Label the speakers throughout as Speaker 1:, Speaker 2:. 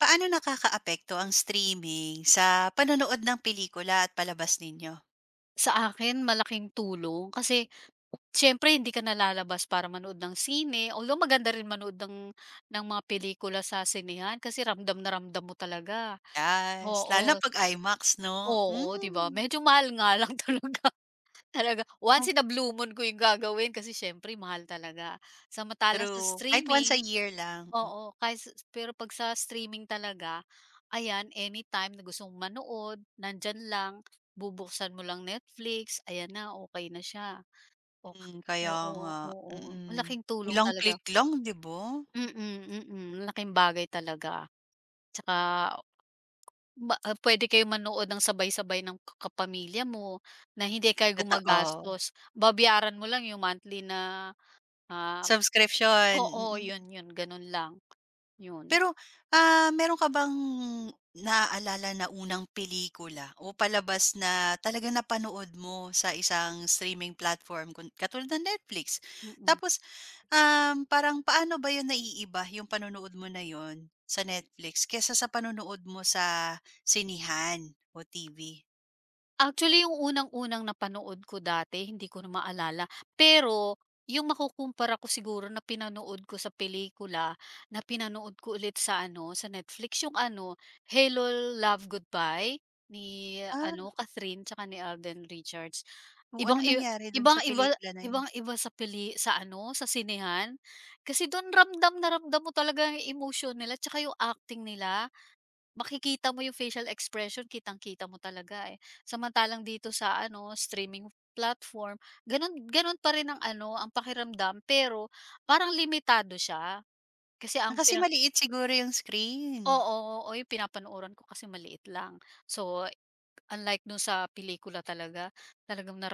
Speaker 1: Paano nakakaapekto ang streaming sa panonood ng pelikula at palabas ninyo?
Speaker 2: Sa akin malaking tulong kasi siyempre hindi ka na lalabas para manood ng sine, although maganda rin manood ng mga pelikula sa sinehan kasi ramdam na ramdam mo talaga,
Speaker 1: Yes, lalo na
Speaker 2: oo.
Speaker 1: 'pag IMAX 'no?
Speaker 2: Oo, 'di ba
Speaker 1: Hmm,
Speaker 2: medyo mahal nga lang talaga. Talaga once
Speaker 1: oh,
Speaker 2: in a blue moon ko yung gagawin kasi siyempre mahal talaga. Samantalang sa
Speaker 1: true. Kahit once a
Speaker 2: streaming
Speaker 1: year lang,
Speaker 2: oo, kahit sa pero 'pag sa streaming talaga, ayan anytime na gusto mong manood, nandiyan lang, bubuksan mo lang Netflix, ayan na, okey na siya. O
Speaker 1: mm, kaya
Speaker 2: oo,
Speaker 1: nga,
Speaker 2: oo. Oo. Ang
Speaker 1: mm.
Speaker 2: laking tulong
Speaker 1: Ilang
Speaker 2: talaga.
Speaker 1: click lang 'di ba?
Speaker 2: Laking bagay talaga. Tsaka puwede kayong manood ng sabay-sabay ng kapamilya mo na hindi kayo
Speaker 1: Totoo,
Speaker 2: gumagastos. Babayaran mo lang yung monthly na, ah
Speaker 1: subscription,
Speaker 2: oo,
Speaker 1: mm.
Speaker 2: yun, gano'n lang, yun,
Speaker 1: Pero, ah, meron ka bang naaalala na unang pelikula o palabas na talagang napanood mo sa isang streaming platform kun katulad ng Netflix?
Speaker 2: mm.
Speaker 1: Tapos, parang paano ba yun naiiba yung panonood mo na yun sa Netflix kaysa sa panonood mo sa sinihan o TV?
Speaker 2: Actually, yung unang-unang napanood ko dati hindi ko na maalala, pero yung makukumpara ko siguro na pinanood ko sa pelikula, na pinanood ko ulit sa sa Netflix, Hello, Love, Goodbye ni
Speaker 1: Ah,
Speaker 2: Catherine tsaka ni Alden Richards.
Speaker 1: oo, anong
Speaker 2: Ibang-i
Speaker 1: nangyari dun sa
Speaker 2: ibang-iba
Speaker 1: pelikula na yun?
Speaker 2: ibang-iba sa sa sa sinehan. Kasi do'n ramdam na ramdam mo talaga yung emotion nila tsaka yung acting nila. Makikita mo yung facial expression, kitang-kita mo talaga, eh. Samantalang dito sa streaming platform, gano'n pa rin ang ang pakiramdam pero parang limitado siya. Kasi
Speaker 1: Ah,
Speaker 2: ang
Speaker 1: kasi
Speaker 2: pina
Speaker 1: maliit siguro yung screen.
Speaker 2: Oo, oo, yung pinapanooran ko kasi maliit lang. So, unlike dun sa pelikula talaga, talagang na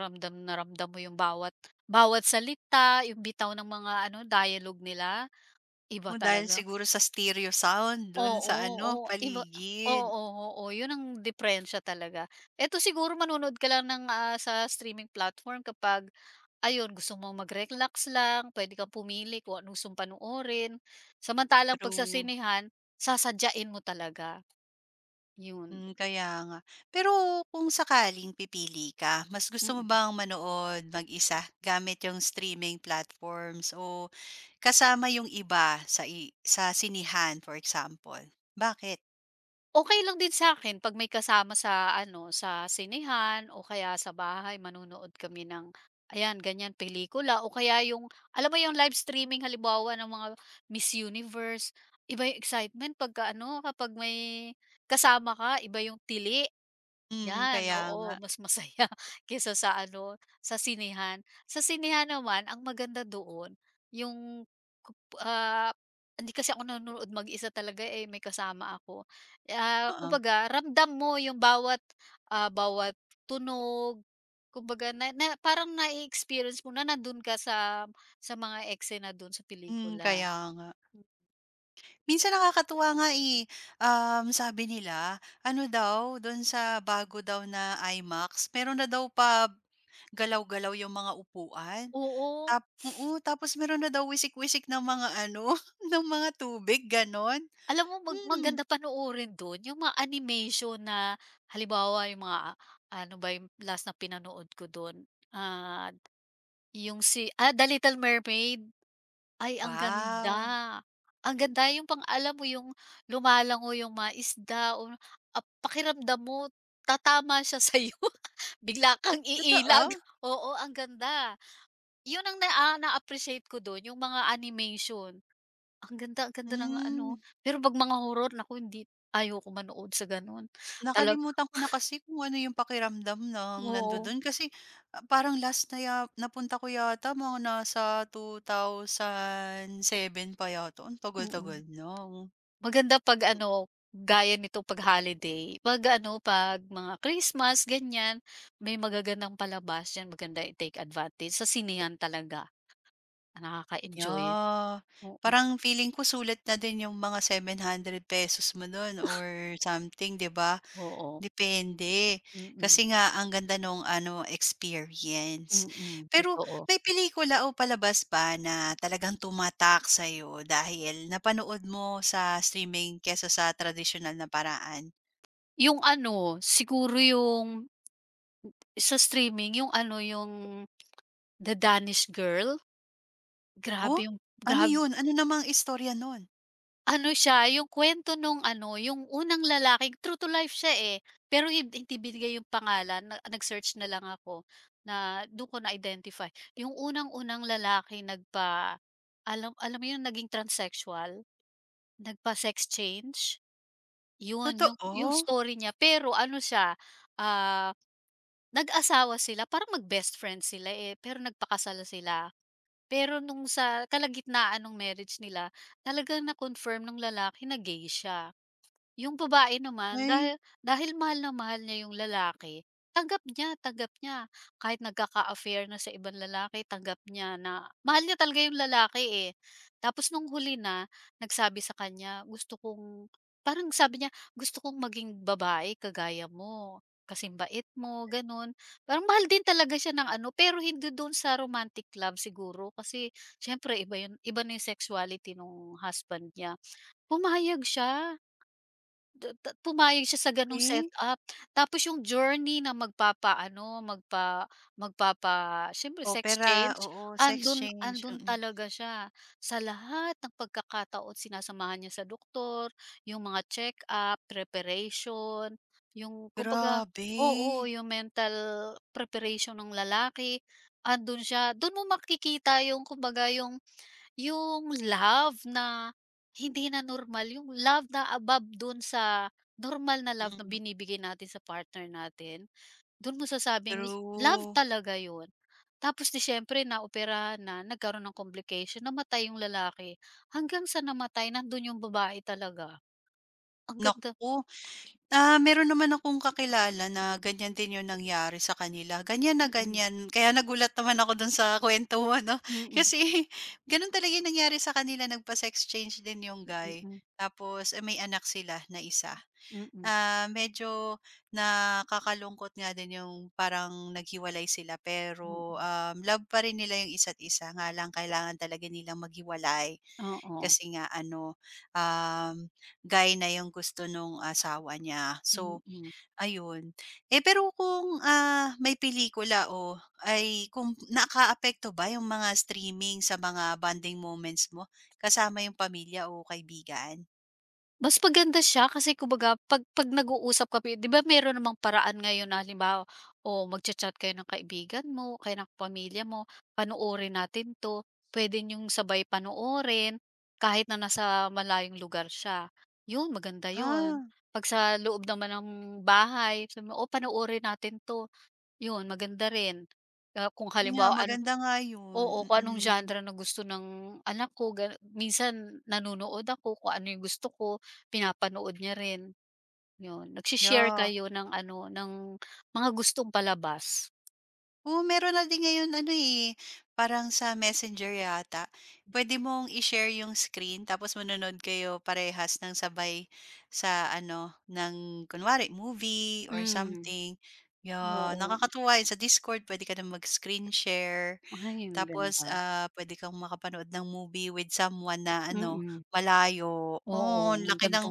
Speaker 2: ramdam mo yung bawat bawat salita, yung bitaw ng mga dialogue nila, iba
Speaker 1: O dahil
Speaker 2: talaga.
Speaker 1: siguro sa stereo sound dun sa
Speaker 2: Oo,
Speaker 1: ano,
Speaker 2: oo, iba oo,
Speaker 1: paligid.
Speaker 2: oo, oo yun ang diperensiya talaga. Eto siguro manonood ka lang ng, sa streaming platform kapag ayun, gusto mo mag-relax lang, puwede kang pumili kung anong gustong panoorin. Samantalang 'pag sa
Speaker 1: True.
Speaker 2: sinehan, sasadyain mo talaga. Yun,
Speaker 1: Hmm, kaya nga. Pero kung sakaling pipili ka, mas gusto mo
Speaker 2: mm.
Speaker 1: bang manood mag-isa gamit yung streaming platforms o kasama yung iba sa sa sinihan, for example? Bakit?
Speaker 2: Okey lang din sa'kin 'pag may kasama sa sa sinehan o kaya sa bahay manonood kami ng ayan, ganyan pelikula o kaya yung alam mo yung live streaming halimbawa ng mga Miss Universe, iba yung excitement pagka kapag may kasama ka, iba yung tili.
Speaker 1: Mm,
Speaker 2: Yan,
Speaker 1: kaya
Speaker 2: oo,
Speaker 1: nga,
Speaker 2: mas masaya kaysa sa sa sinihan. Sa sinihan naman ang maganda doon yung kup ah, hindi kasi ako nanonood mag-isa talaga, eh, may kasama ako. Ah,
Speaker 1: oo.
Speaker 2: kumbaga ramdam mo yung bawat, bawat tunog, kumbaga na na parang na experience mo na nandun ka sa mga eksena dun sa
Speaker 1: Mm,
Speaker 2: pelikula.
Speaker 1: kaya nga.
Speaker 2: Mm.
Speaker 1: Minsan nakakatuwa nga, eh, sabi nila ano daw dun sa bago daw na IMAX meron na daw pa galaw-galaw yung mga upuan.
Speaker 2: Oo.
Speaker 1: Oo, tapos meron na daw wisik-wisik ng mga ano, ng mga tubig gano'n.
Speaker 2: Alam mo
Speaker 1: Hmm,
Speaker 2: maganda panoorin dun yung mga animation na halimbawa yung mga ano ba yung last na pinanood ko dun, ah, yung The Little Mermaid. Ay
Speaker 1: wow!
Speaker 2: ang ganda yung alam mo yung lumalango yung mga isda o pakiramdam mo tatama siya sa'yo, bigla kang
Speaker 1: Totoo?
Speaker 2: iilag. Oo, ang ganda. Yun ang na-appreciate ko dun yung mga animation. Ang ganda ng
Speaker 1: Hmm,
Speaker 2: ano, pero 'pag mga horror naku hindi ayoko manood sa ganun. Talag
Speaker 1: nakalimutan ko na kasi kung ano yung pakiramdam ng
Speaker 2: oo,
Speaker 1: nandodo'n kasi, ah, parang last na napunta ko yata mga nasa 2007 pa yata, ang tagal-tagal
Speaker 2: mm.
Speaker 1: na.
Speaker 2: Maganda 'pag ano, gaya nito 'pag holiday, 'pag ano, 'pag mga Christmas ganyan, may magagandang palabas diyan maganda i-take advantage. Sa sinehan talaga, nakaka-enjoy.
Speaker 1: Yeah,
Speaker 2: Oo,
Speaker 1: parang feeling ko sulit na din yung mga ₱700 mo do'n or something, 'di ba?
Speaker 2: oo,
Speaker 1: Depende,
Speaker 2: mm,
Speaker 1: kasi nga ang ganda nung ano, experience.
Speaker 2: mm,
Speaker 1: Pero
Speaker 2: totoo.
Speaker 1: may pelikula o palabas ba na talagang tumatak sa'yo dahil napanood mo sa streaming kaysa sa traditional na paraan?
Speaker 2: Yung ano, siguro yung sa streaming yung The Danish Girl?
Speaker 1: Oh,
Speaker 2: Grabe yung
Speaker 1: ano
Speaker 2: grab
Speaker 1: yun? Ano namang istorya nun?
Speaker 2: ano siya, yung kwento nung yung unang lalaki true to life siya, eh, pero hindi binigay yung pangalan na nag-search na lang ako na dun ko na-identify. Yung unang-unang lalaki nagpa alam alam mo yung naging transsexual? Nagpa-sex change? Yun, yung
Speaker 1: Totoo?
Speaker 2: story niya pero ano siya, ah, nag-asawa sila parang mag-best friend sila, eh, pero nagpakasal sila. Pero nung sa kalagitnaan ng marriage nila, talagang na-confirm nung lalaki na gay siya. Yung babae naman
Speaker 1: Ay,
Speaker 2: dahil dahil mahal na mahal niya yung lalaki, tanggap niya. Kahit nagkaka-affair na sa ibang lalaki, tanggap niya na mahal niya talaga yung lalaki, eh. Tapos nung huli na, nagsabi sa kanya, "Gusto kong" parang sabi niya, "Gusto kong maging babae kagaya mo, kasing bait mo." Gano'n. Parang mahal din talaga siya ng ano, pero hindi do'n sa romantic love siguro kasi siyempre iba na yung sexuality nung husband niya. Pumayag siya. Du ta pumayag siya sa gano'ng
Speaker 1: okey.
Speaker 2: setup. Tapos yung journey na magpapaano, magpa magpapa siyempre
Speaker 1: Opera,
Speaker 2: sex-change,
Speaker 1: oo, sex
Speaker 2: andun
Speaker 1: change,
Speaker 2: andun
Speaker 1: mm.
Speaker 2: talaga siya. Sa lahat ng pagkakataon sinasamahan niya sa doktor, yung mga check-up, preparation, yung kumbaga
Speaker 1: Grabe,
Speaker 2: oo, yung mental preparation ng lalaki, andun siya. Dun mo makikita yung kumbaga yung love na hindi na normal, yung love na above dun sa normal na love na
Speaker 1: mm,
Speaker 2: binibigay natin sa partner natin, dun mo sasabing love
Speaker 1: true.
Speaker 2: talaga yun. Tapos 'di siyempre naoperahan na, nagkaroon ng complication, namatay yung lalaki. Hanggang sa namatay nandun yung babae talaga. Ang ganda.
Speaker 1: Naku. Ah, meron naman akong kakilala na ganyan din 'yung nangyari sa kanila, ganyan na
Speaker 2: mm,
Speaker 1: ganyan. Kaya nagulat naman ako do'n sa kwento mo 'no,
Speaker 2: mm,
Speaker 1: kasi gano'n talaga 'yung nangyari sa kanila, nagpa exchange din 'yung guy.
Speaker 2: mm,
Speaker 1: Tapos, eh, may anak sila na isa.
Speaker 2: mm,
Speaker 1: Ah, medyo nakakalungkot nga din 'yung parang naghiwalay sila
Speaker 2: mm,
Speaker 1: pero,
Speaker 2: mm,
Speaker 1: love pa rin nila 'yung isa't isa, nga lang kailangan talaga nilang maghiwalay
Speaker 2: oo,
Speaker 1: kasi nga ano, um, guy na 'yung gusto nung asawa niya. So
Speaker 2: mm.
Speaker 1: Ayun. Eh, pero kung, ah, may pelikula o ay kung nakaapekto ba yung mga streaming sa mga bonding moments mo kasama yung pamilya o kaibigan?
Speaker 2: Mas maganda siya kasi kumbaga 'pag nag-uusap kami 'di ba meron namang paraan ngayon na halimbawa, o magcha-chat kayo ng kaibigan mo o kaya ng pamilya mo, "Panoorin natin 'to." Puwede niyong sabay panoorin kahit na nasa malayong lugar siya. 'Yun maganda 'yun.
Speaker 1: Ah,
Speaker 2: 'Pag sa loob naman ng bahay sabi mo, "O panoorin natin 'to." Yun, maganda rin. Ah, kung
Speaker 1: yun nga
Speaker 2: halimbawa ano
Speaker 1: maganda nga yun,
Speaker 2: oo, kung anong
Speaker 1: mm.
Speaker 2: genre na gusto ng anak ko minsan nanonood ako kung ano yung gusto ko, pinapanood niya rin. Yun,
Speaker 1: Yeah.
Speaker 2: kayo ng mga gustong palabas.
Speaker 1: Oo, meron na din ngayon ano, eh, parang sa Messenger yata. Pwede mong i-share yung screen tapos manonood kayo parehas ng sabay sa ano, ng kunwari movie or
Speaker 2: Hmm,
Speaker 1: something. Yeah,
Speaker 2: oo.
Speaker 1: nakakatuwa yun. Sa Discord pwede ka na mag-screen share
Speaker 2: Ay, ang
Speaker 1: tapos,
Speaker 2: ganda.
Speaker 1: ah, pwede kang makapanood ng movie with someone na ano,
Speaker 2: Mm,
Speaker 1: malayo. Oh,
Speaker 2: oo,
Speaker 1: ang
Speaker 2: ang
Speaker 1: laki ng
Speaker 2: ganda.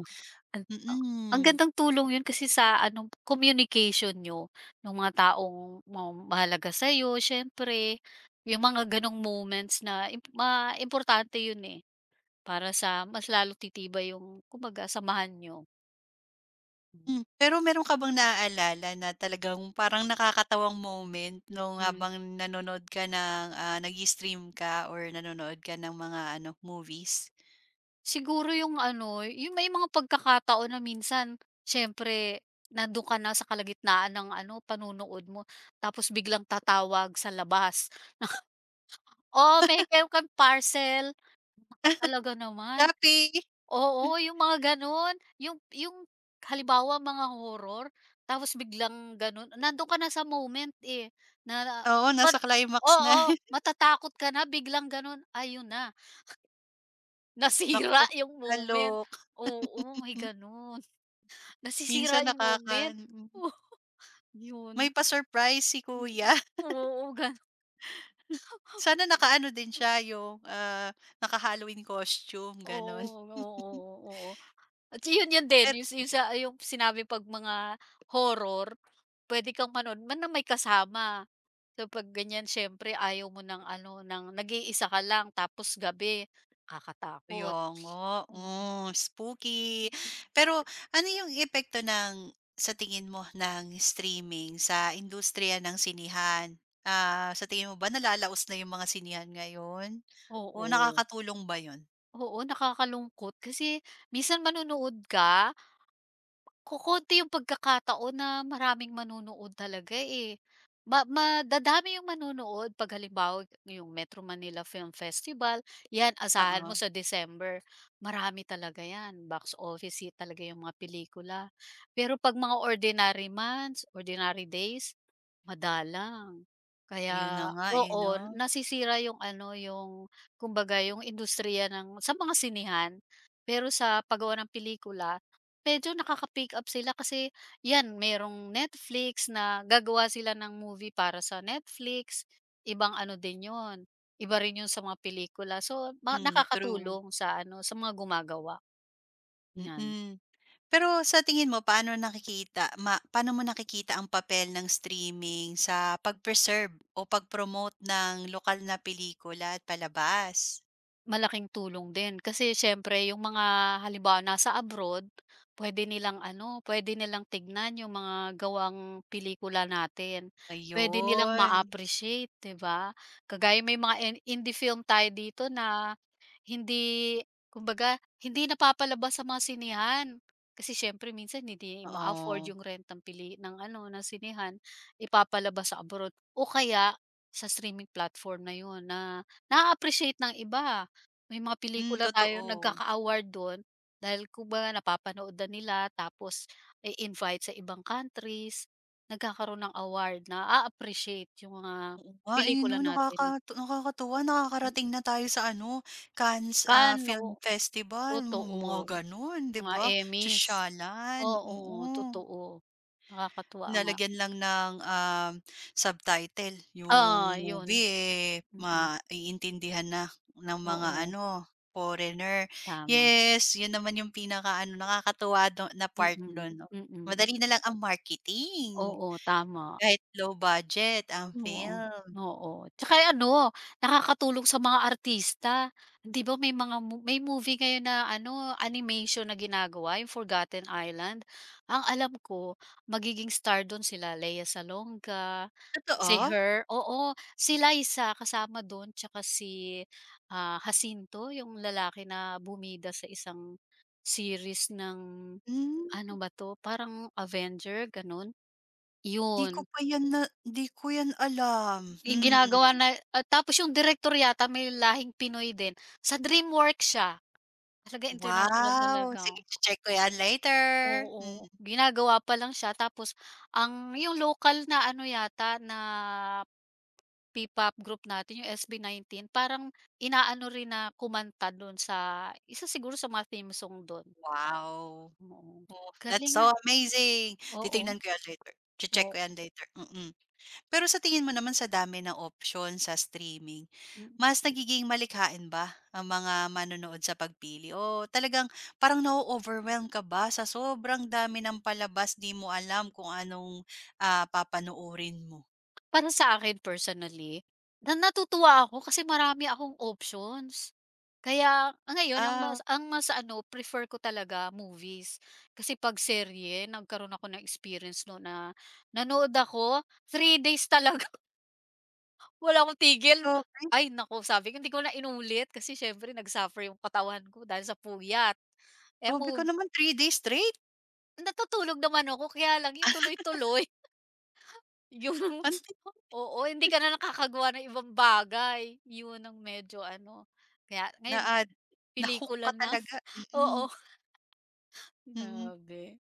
Speaker 2: An a ang
Speaker 1: mm.
Speaker 2: gandang tulong yun kasi sa ano, communication niyo nung mga taong mahalaga sa'yo siyempre, yung mga gano'ng moments na im ma importante yun, eh, para sa mas lalo titibay yung kumbaga samahan niyo. Hmm.
Speaker 1: Hmm, pero meron ka bang naaalala na talagang parang nakakatawang moment nung
Speaker 2: Hmm,
Speaker 1: habang nanonood ka ng, ah, nag-i-stream ka or nanonood ka ng mga ano, movies?
Speaker 2: siguro yung ano, yung may mga pagkakataon na minsan siyempre nandun ka na sa kalagitnaan ng ano, panunood mo tapos biglang tatawag sa labas, "Oh, may kayo kang parcel." Talaga naman.
Speaker 1: Happy.
Speaker 2: Oo, yung mga gano'n. Yung halimbawa mga horror, tapos biglang gano'n, nando'n ka na sa moment, eh, na
Speaker 1: Oo,
Speaker 2: ma
Speaker 1: nasa climax na.
Speaker 2: oo, matatakot ka na biglang gano'n, ayun na,
Speaker 1: Naku,
Speaker 2: nasira yung moment.
Speaker 1: kaloka.
Speaker 2: Oo, may
Speaker 1: Hmm,
Speaker 2: gano'n. Nasisira
Speaker 1: minsan
Speaker 2: yung
Speaker 1: nakaka
Speaker 2: moment.
Speaker 1: mm.
Speaker 2: Oh,
Speaker 1: May
Speaker 2: yun.
Speaker 1: pa-surprise si
Speaker 2: Mm.
Speaker 1: kuya.
Speaker 2: Oo, gan
Speaker 1: Sana nakaano din siya yung, ah, naka-Halloween costume, gano'n.
Speaker 2: oo, oo. At yun yun din, yung sa yung sinabi 'pag mga horror, pwede kang manood man na may kasama. So 'pag ganyan siyempre ayaw mo ng ano, ng nag-iisa ka lang tapos gabi,
Speaker 1: Kaya
Speaker 2: nakakatakot.
Speaker 1: nga,
Speaker 2: Mm, mm.
Speaker 1: hmm, spooky. Pero ano yung epekto ng sa tingin mo ng streaming sa industriya ng sinihan, ah, sa tingin mo ba nalalaos na yung mga sinihan ngayon? O
Speaker 2: Oo,
Speaker 1: nakakatulong ba yun?
Speaker 2: oo, nakakalungkot kasi minsan manonood ka. Kokonti yung pagkakataon na maraming manonood talaga, eh. Madadami yung manonood 'pag halimbawa yung Metro Manila Film Festival, 'yan asahan mo
Speaker 1: Oo,
Speaker 2: sa December marami talaga 'yan, box office hit talaga yung mga pelikula. Pero 'pag mga ordinary months, ordinary days, madalang.
Speaker 1: ayun na
Speaker 2: Kaya
Speaker 1: nga eh 'no?
Speaker 2: oo, nasisira yung ano, yung kumbaga yung industriya ng sa mga sinihan. Pero sa paggawa ng pelikula medyo nakaka-pick up sila kasi 'yan merong Netflix na gagawa sila ng movie para sa Netflix, ibang ano din 'yun, iba rin 'yun sa mga pelikula. So,
Speaker 1: Hmm, true.
Speaker 2: nakakatulong sa ano, sa mga gumagawa, 'yan.
Speaker 1: Mm. Pero sa tingin mo paano nakikita ma paano mo nakikita ang papel ng streaming sa pag-preserve o pag-promote ng lokal na pelikula at palabas?
Speaker 2: Malaking tulong din kasi siyempre yung mga halimbawa nasa abroad, pwede nilang pwede nilang tignan yung mga gawang pelikula natin. Pwede nilang
Speaker 1: Ayun,
Speaker 2: ma-appreciate, 'di ba? Kagaya may mga indie film tayo dito na hindi kumbaga hindi napapalabas sa mga sinehan. Kasi siyempre minsan hindi ma-afford
Speaker 1: oo.
Speaker 2: yung rent ng pili ng ano, ng sinihan, ipapalabas sa abroad o kaya sa streaming platform na yun na na appreciate ng iba. May mga
Speaker 1: Hmm,
Speaker 2: pelikula tayo
Speaker 1: totoo.
Speaker 2: nagkaka-award don, dahil kumbaga napapanood na nila tapos i-invite sa ibang countries, nagkakaroon ng award na appreciate yung mga
Speaker 1: Oo nga, eh, 'no,
Speaker 2: pelikula natin.
Speaker 1: nakakatuwa nakakarating na tayo sa ano, Cannes, ah,
Speaker 2: Cannes, oo,
Speaker 1: Film Festival, mga
Speaker 2: totoo.
Speaker 1: gano'n, 'di
Speaker 2: Mga
Speaker 1: ba?
Speaker 2: Emmys,
Speaker 1: Sosyalan,
Speaker 2: oo,
Speaker 1: oo.
Speaker 2: totoo. Nakakatuwa nga.
Speaker 1: Nilalagyan lang ng, subtitle
Speaker 2: Oo,
Speaker 1: yung
Speaker 2: yun.
Speaker 1: movie, eh,
Speaker 2: Mm,
Speaker 1: maiintindihan na ng mga
Speaker 2: oo,
Speaker 1: ano, foreigner.
Speaker 2: tama.
Speaker 1: Yes, yun naman yung pinakaano nakakatuwa do na
Speaker 2: Mm,
Speaker 1: part
Speaker 2: mm.
Speaker 1: dun 'no.
Speaker 2: mm,
Speaker 1: Madali na lang ang marketing.
Speaker 2: Oo, tama.
Speaker 1: Kahit low budget ang
Speaker 2: Oo,
Speaker 1: film.
Speaker 2: oo. Tsaka ano, nakakatulong sa mga artista. 'Di ba may mga mo may movie ngayon na ano, animation na ginagawa, yung Forgotten Island. Ang alam ko, magiging star dun sila Lea Salonga, si
Speaker 1: Totoo?
Speaker 2: Her oo, si Liza kasama dun tsaka si, Jacinto, yung lalaki na bumida sa isang series ng
Speaker 1: Hmm,
Speaker 2: ano ba 'to, parang Avenger, ganun. Yun.
Speaker 1: 'di ko 'yan alam.
Speaker 2: Yung
Speaker 1: Hmm,
Speaker 2: ginagawa na at tapos yung direktor yata may lahing Pinoy din, sa Dreamworks siya, talaga international
Speaker 1: wow,
Speaker 2: talaga,
Speaker 1: sige
Speaker 2: oh.
Speaker 1: che-check ko 'yan later. Hmm,
Speaker 2: Oo. Ginagawa pa lang siya tapos yung lokal na ano yata na P-pop group natin yung SB19 parang inaano rin na kumanta dun sa isa siguro sa mga theme song dun,
Speaker 1: wow.
Speaker 2: oo.
Speaker 1: Oh, that's
Speaker 2: Galing nga
Speaker 1: so amazing.
Speaker 2: oo,
Speaker 1: Titingnan ko 'yan later, che-check
Speaker 2: o
Speaker 1: ko 'yan later, mm. Pero sa tingin mo naman sa dami ng opsyon sa streaming,
Speaker 2: mm.
Speaker 1: mas nagiging malikhain ba ang mga manonood sa pagpili o talagang parang na overwhelm ka ba sa sobrang dami ng palabas, 'di mo alam kung anong, ah, papanoorin mo?
Speaker 2: Para sa akin personally, na natutuwa ako kasi marami akong options. Kaya ah, ngayon ang
Speaker 1: Ah,
Speaker 2: mas ano, prefer ko talaga movies. Kasi 'pag serye nagkaroon ako ng experience no na nanood ako, 3 days talaga wala akong tigil.
Speaker 1: okay
Speaker 2: Ay nako sabi ko hindi ko na inulit kasi siyempre nag-suffer yung katawan ko dahil sa puyat. Eh,
Speaker 1: grabe ka
Speaker 2: mo
Speaker 1: naman 3 days straight,
Speaker 2: natutulog naman ako kaya lang yung tuloy-tuloy. Yung
Speaker 1: antik
Speaker 2: oo, hindi ka na nakakagawa ng ibang bagay. Yun ang medyo ano, kaya
Speaker 1: na
Speaker 2: ngayon
Speaker 1: na-hook
Speaker 2: pelikula
Speaker 1: ka
Speaker 2: na,
Speaker 1: talaga, mm,
Speaker 2: oo.
Speaker 1: mm.
Speaker 2: Grabe,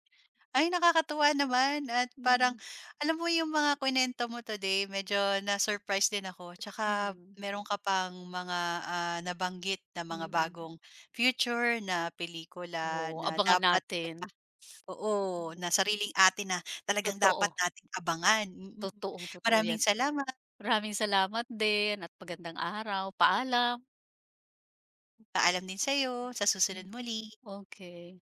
Speaker 1: Ay, nakakatuwa naman at parang
Speaker 2: hmm,
Speaker 1: alam mo yung mga kuwento mo today medyo na-surprise din ako
Speaker 2: hmm,
Speaker 1: tsaka
Speaker 2: mm.
Speaker 1: meron ka pang mga, ah, nabanggit na mga
Speaker 2: mm.
Speaker 1: bagong future na pelikula
Speaker 2: Oo,
Speaker 1: na
Speaker 2: abangan
Speaker 1: dapat
Speaker 2: natin.
Speaker 1: talaga oo,
Speaker 2: Mm,
Speaker 1: na sariling atin na talagang dapat
Speaker 2: totoo,
Speaker 1: nating abangan, mm. Mm.
Speaker 2: totoong-totoo
Speaker 1: Maraming
Speaker 2: yan.
Speaker 1: salamat,
Speaker 2: Maraming salamat din at magandang araw, paalam.
Speaker 1: paalam din sa'yo, sa susunod muli.
Speaker 2: Okay